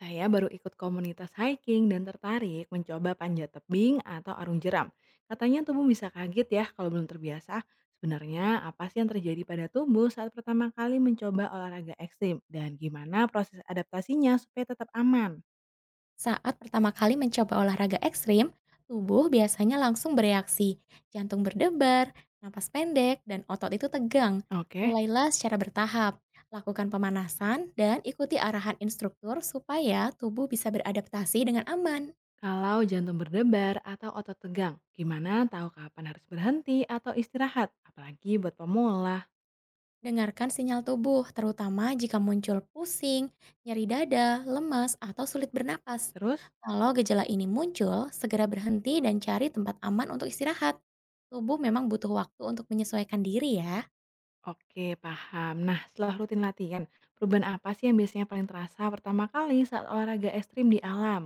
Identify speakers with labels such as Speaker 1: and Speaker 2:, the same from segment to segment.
Speaker 1: Saya baru ikut komunitas hiking dan tertarik mencoba panjat tebing atau arung jeram. Katanya tubuh bisa kaget ya kalau belum terbiasa. Sebenarnya apa sih yang terjadi pada tubuh saat pertama kali mencoba olahraga ekstrim dan gimana proses adaptasinya supaya tetap aman?
Speaker 2: Saat pertama kali mencoba olahraga ekstrim, tubuh biasanya langsung bereaksi. Jantung berdebar, napas pendek, dan otot itu tegang.
Speaker 1: Oke,
Speaker 2: Mulailah secara bertahap. Lakukan pemanasan dan ikuti arahan instruktur supaya tubuh bisa beradaptasi dengan aman.
Speaker 1: kalau jantung berdebar atau otot tegang, gimana tahu kapan harus berhenti atau istirahat? Apalagi buat pemula.
Speaker 2: Dengarkan sinyal tubuh, terutama jika muncul pusing, nyeri dada, lemas, atau sulit bernapas.
Speaker 1: Terus?
Speaker 2: Kalau gejala ini muncul, segera berhenti dan cari tempat aman untuk istirahat. Tubuh memang butuh waktu untuk menyesuaikan diri ya.
Speaker 1: Oke, paham. Nah, setelah rutin latihan, perubahan apa sih yang biasanya paling terasa pertama kali saat olahraga ekstrim di alam?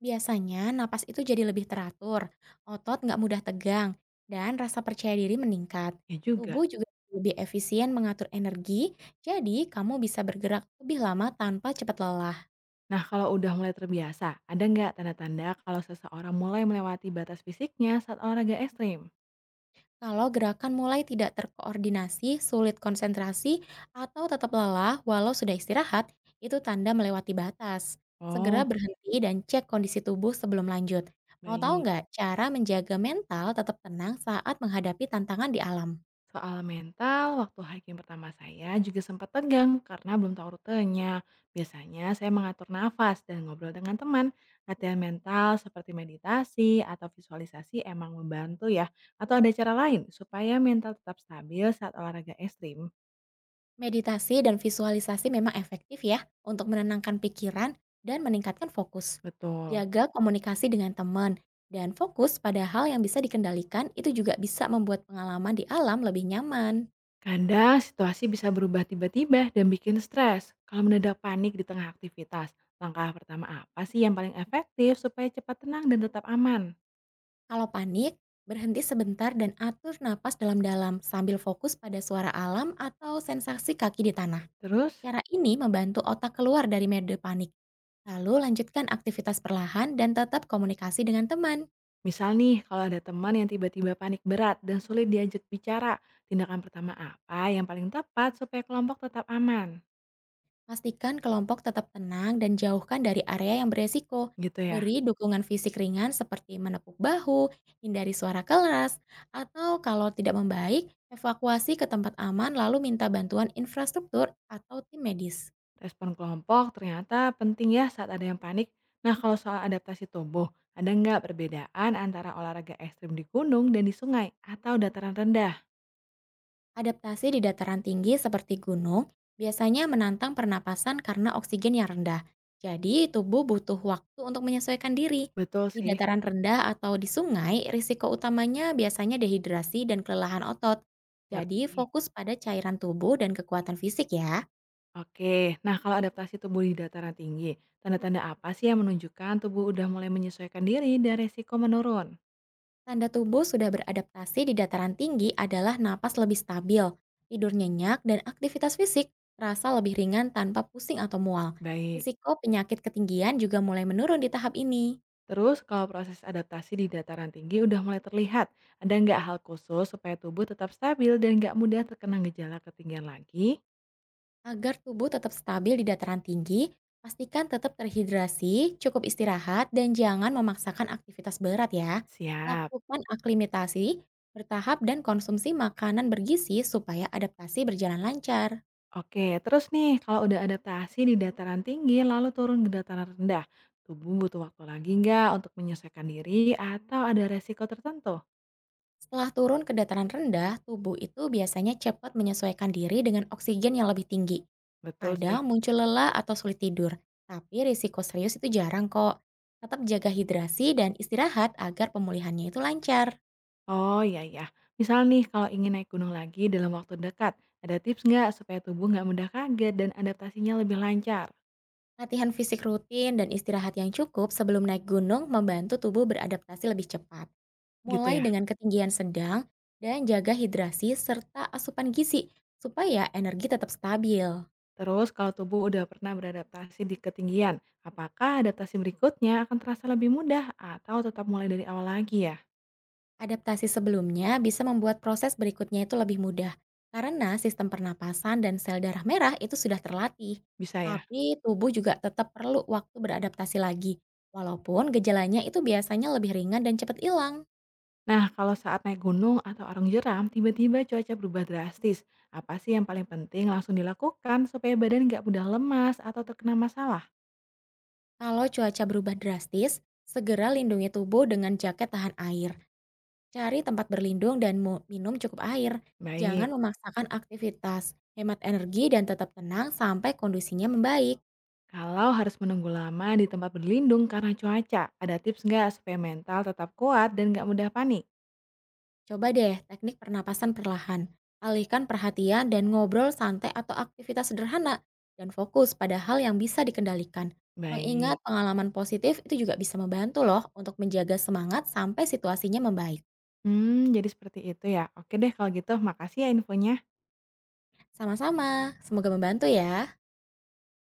Speaker 2: Biasanya napas itu jadi lebih teratur, otot nggak mudah tegang, dan rasa percaya diri meningkat.
Speaker 1: Ya juga.
Speaker 2: Tubuh juga lebih efisien mengatur energi, jadi kamu bisa bergerak lebih lama tanpa cepat lelah.
Speaker 1: Nah, kalau udah mulai terbiasa, ada nggak tanda-tanda kalau seseorang mulai melewati batas fisiknya saat olahraga ekstrim?
Speaker 2: Kalau gerakan mulai tidak terkoordinasi, sulit konsentrasi, atau tetap lelah walau sudah istirahat, itu tanda melewati batas. Segera
Speaker 1: Oh,
Speaker 2: berhenti dan cek kondisi tubuh sebelum lanjut. Mau tahu
Speaker 1: baik.
Speaker 2: nggak cara menjaga mental tetap tenang saat menghadapi tantangan di alam?
Speaker 1: Soal mental, waktu hiking pertama saya juga sempat tegang karena belum tahu rutenya. Biasanya saya mengatur nafas dan ngobrol dengan teman. Latihan mental seperti meditasi atau visualisasi emang membantu ya. Atau ada cara lain supaya mental tetap stabil saat olahraga ekstrim.
Speaker 2: Meditasi dan visualisasi memang efektif ya untuk menenangkan pikiran dan meningkatkan fokus.
Speaker 1: Betul.
Speaker 2: Jaga komunikasi dengan teman dan fokus pada hal yang bisa dikendalikan itu juga bisa membuat pengalaman di alam lebih nyaman.
Speaker 1: Kadang situasi bisa berubah tiba-tiba dan bikin stres. Kalau mendadak panik di tengah aktivitas, langkah pertama apa sih yang paling efektif supaya cepat tenang dan tetap aman?
Speaker 2: Kalau panik, berhenti sebentar dan atur napas dalam-dalam sambil fokus pada suara alam atau sensasi kaki di tanah.
Speaker 1: Terus?
Speaker 2: Cara ini membantu otak keluar dari mode panik. Lalu lanjutkan aktivitas perlahan dan tetap komunikasi dengan teman.
Speaker 1: Misal nih, kalau ada teman yang tiba-tiba panik berat dan sulit diajak bicara, tindakan pertama apa yang paling tepat supaya kelompok tetap aman?
Speaker 2: Pastikan kelompok tetap tenang dan jauhkan dari area yang beresiko.
Speaker 1: Gitu ya.
Speaker 2: Beri dukungan fisik ringan seperti menepuk bahu, hindari suara keras, atau kalau tidak membaik, evakuasi ke tempat aman lalu minta bantuan infrastruktur atau tim medis.
Speaker 1: Respon kelompok ternyata penting ya saat ada yang panik. Nah, kalau soal adaptasi tubuh, ada nggak perbedaan antara olahraga ekstrim di gunung dan di sungai atau dataran rendah?
Speaker 2: Adaptasi di dataran tinggi seperti gunung biasanya menantang pernapasan karena oksigen yang rendah. Jadi, tubuh butuh waktu untuk menyesuaikan diri.
Speaker 1: Betul
Speaker 2: Di
Speaker 1: sih,
Speaker 2: dataran rendah atau di sungai, risiko utamanya biasanya dehidrasi dan kelelahan otot. Jadi,
Speaker 1: ngerti.
Speaker 2: fokus pada cairan tubuh dan kekuatan fisik ya.
Speaker 1: Oke, nah kalau adaptasi tubuh di dataran tinggi, tanda-tanda apa sih yang menunjukkan tubuh udah mulai menyesuaikan diri dan resiko menurun?
Speaker 2: Tanda tubuh sudah beradaptasi di dataran tinggi adalah napas lebih stabil, tidur nyenyak, dan aktivitas fisik terasa lebih ringan tanpa pusing atau mual.
Speaker 1: Baik.
Speaker 2: Risiko penyakit ketinggian juga mulai menurun di tahap ini.
Speaker 1: Terus kalau proses adaptasi di dataran tinggi udah mulai terlihat, ada nggak hal khusus supaya tubuh tetap stabil dan nggak mudah terkena gejala ketinggian lagi?
Speaker 2: Agar tubuh tetap stabil di dataran tinggi, pastikan tetap terhidrasi, cukup istirahat, dan jangan memaksakan aktivitas berat ya.
Speaker 1: Siap.
Speaker 2: Lakukan aklimatasi bertahap dan konsumsi makanan bergizi supaya adaptasi berjalan lancar.
Speaker 1: Oke, terus nih kalau udah adaptasi di dataran tinggi lalu turun ke dataran rendah, tubuh butuh waktu lagi nggak untuk menyesuaikan diri atau ada resiko tertentu?
Speaker 2: Setelah turun ke dataran rendah, tubuh itu biasanya cepat menyesuaikan diri dengan oksigen yang lebih tinggi.
Speaker 1: Betul sih.
Speaker 2: Kadang muncul lelah atau sulit tidur, tapi risiko serius itu jarang kok. Tetap jaga hidrasi dan istirahat agar pemulihannya itu lancar.
Speaker 1: Oh iya iya. Misal nih kalau ingin naik gunung lagi dalam waktu dekat, ada tips nggak supaya tubuh nggak mudah kaget dan adaptasinya lebih lancar?
Speaker 2: Latihan fisik rutin dan istirahat yang cukup sebelum naik gunung membantu tubuh beradaptasi lebih cepat.
Speaker 1: Gitu ya.
Speaker 2: Mulai dengan ketinggian sedang dan jaga hidrasi serta asupan gizi supaya energi tetap stabil.
Speaker 1: Terus kalau tubuh udah pernah beradaptasi di ketinggian, apakah adaptasi berikutnya akan terasa lebih mudah atau tetap mulai dari awal lagi ya?
Speaker 2: Adaptasi sebelumnya bisa membuat proses berikutnya itu lebih mudah, karena sistem pernapasan dan sel darah merah itu sudah terlatih.
Speaker 1: Bisa ya?
Speaker 2: Tapi tubuh juga tetap perlu waktu beradaptasi lagi, walaupun gejalanya itu biasanya lebih ringan dan cepat hilang.
Speaker 1: Nah, kalau saat naik gunung atau arung jeram, tiba-tiba cuaca berubah drastis. Apa sih yang paling penting langsung dilakukan supaya badan nggak mudah lemas atau terkena masalah?
Speaker 2: Kalau cuaca berubah drastis, segera lindungi tubuh dengan jaket tahan air. Cari tempat berlindung dan minum cukup air.
Speaker 1: Baik,
Speaker 2: Jangan memaksakan aktivitas, hemat energi dan tetap tenang sampai kondisinya membaik.
Speaker 1: kalau harus menunggu lama di tempat berlindung karena cuaca, ada tips nggak supaya mental tetap kuat dan nggak mudah panik?
Speaker 2: Coba deh teknik pernapasan perlahan. Alihkan perhatian dan ngobrol santai atau aktivitas sederhana dan fokus pada hal yang bisa dikendalikan. Mengingat
Speaker 1: Baik.
Speaker 2: pengalaman positif itu juga bisa membantu loh untuk menjaga semangat sampai situasinya membaik.
Speaker 1: Hmm, jadi seperti itu ya. Oke deh kalau gitu, makasih ya infonya.
Speaker 2: Sama-sama, semoga membantu ya.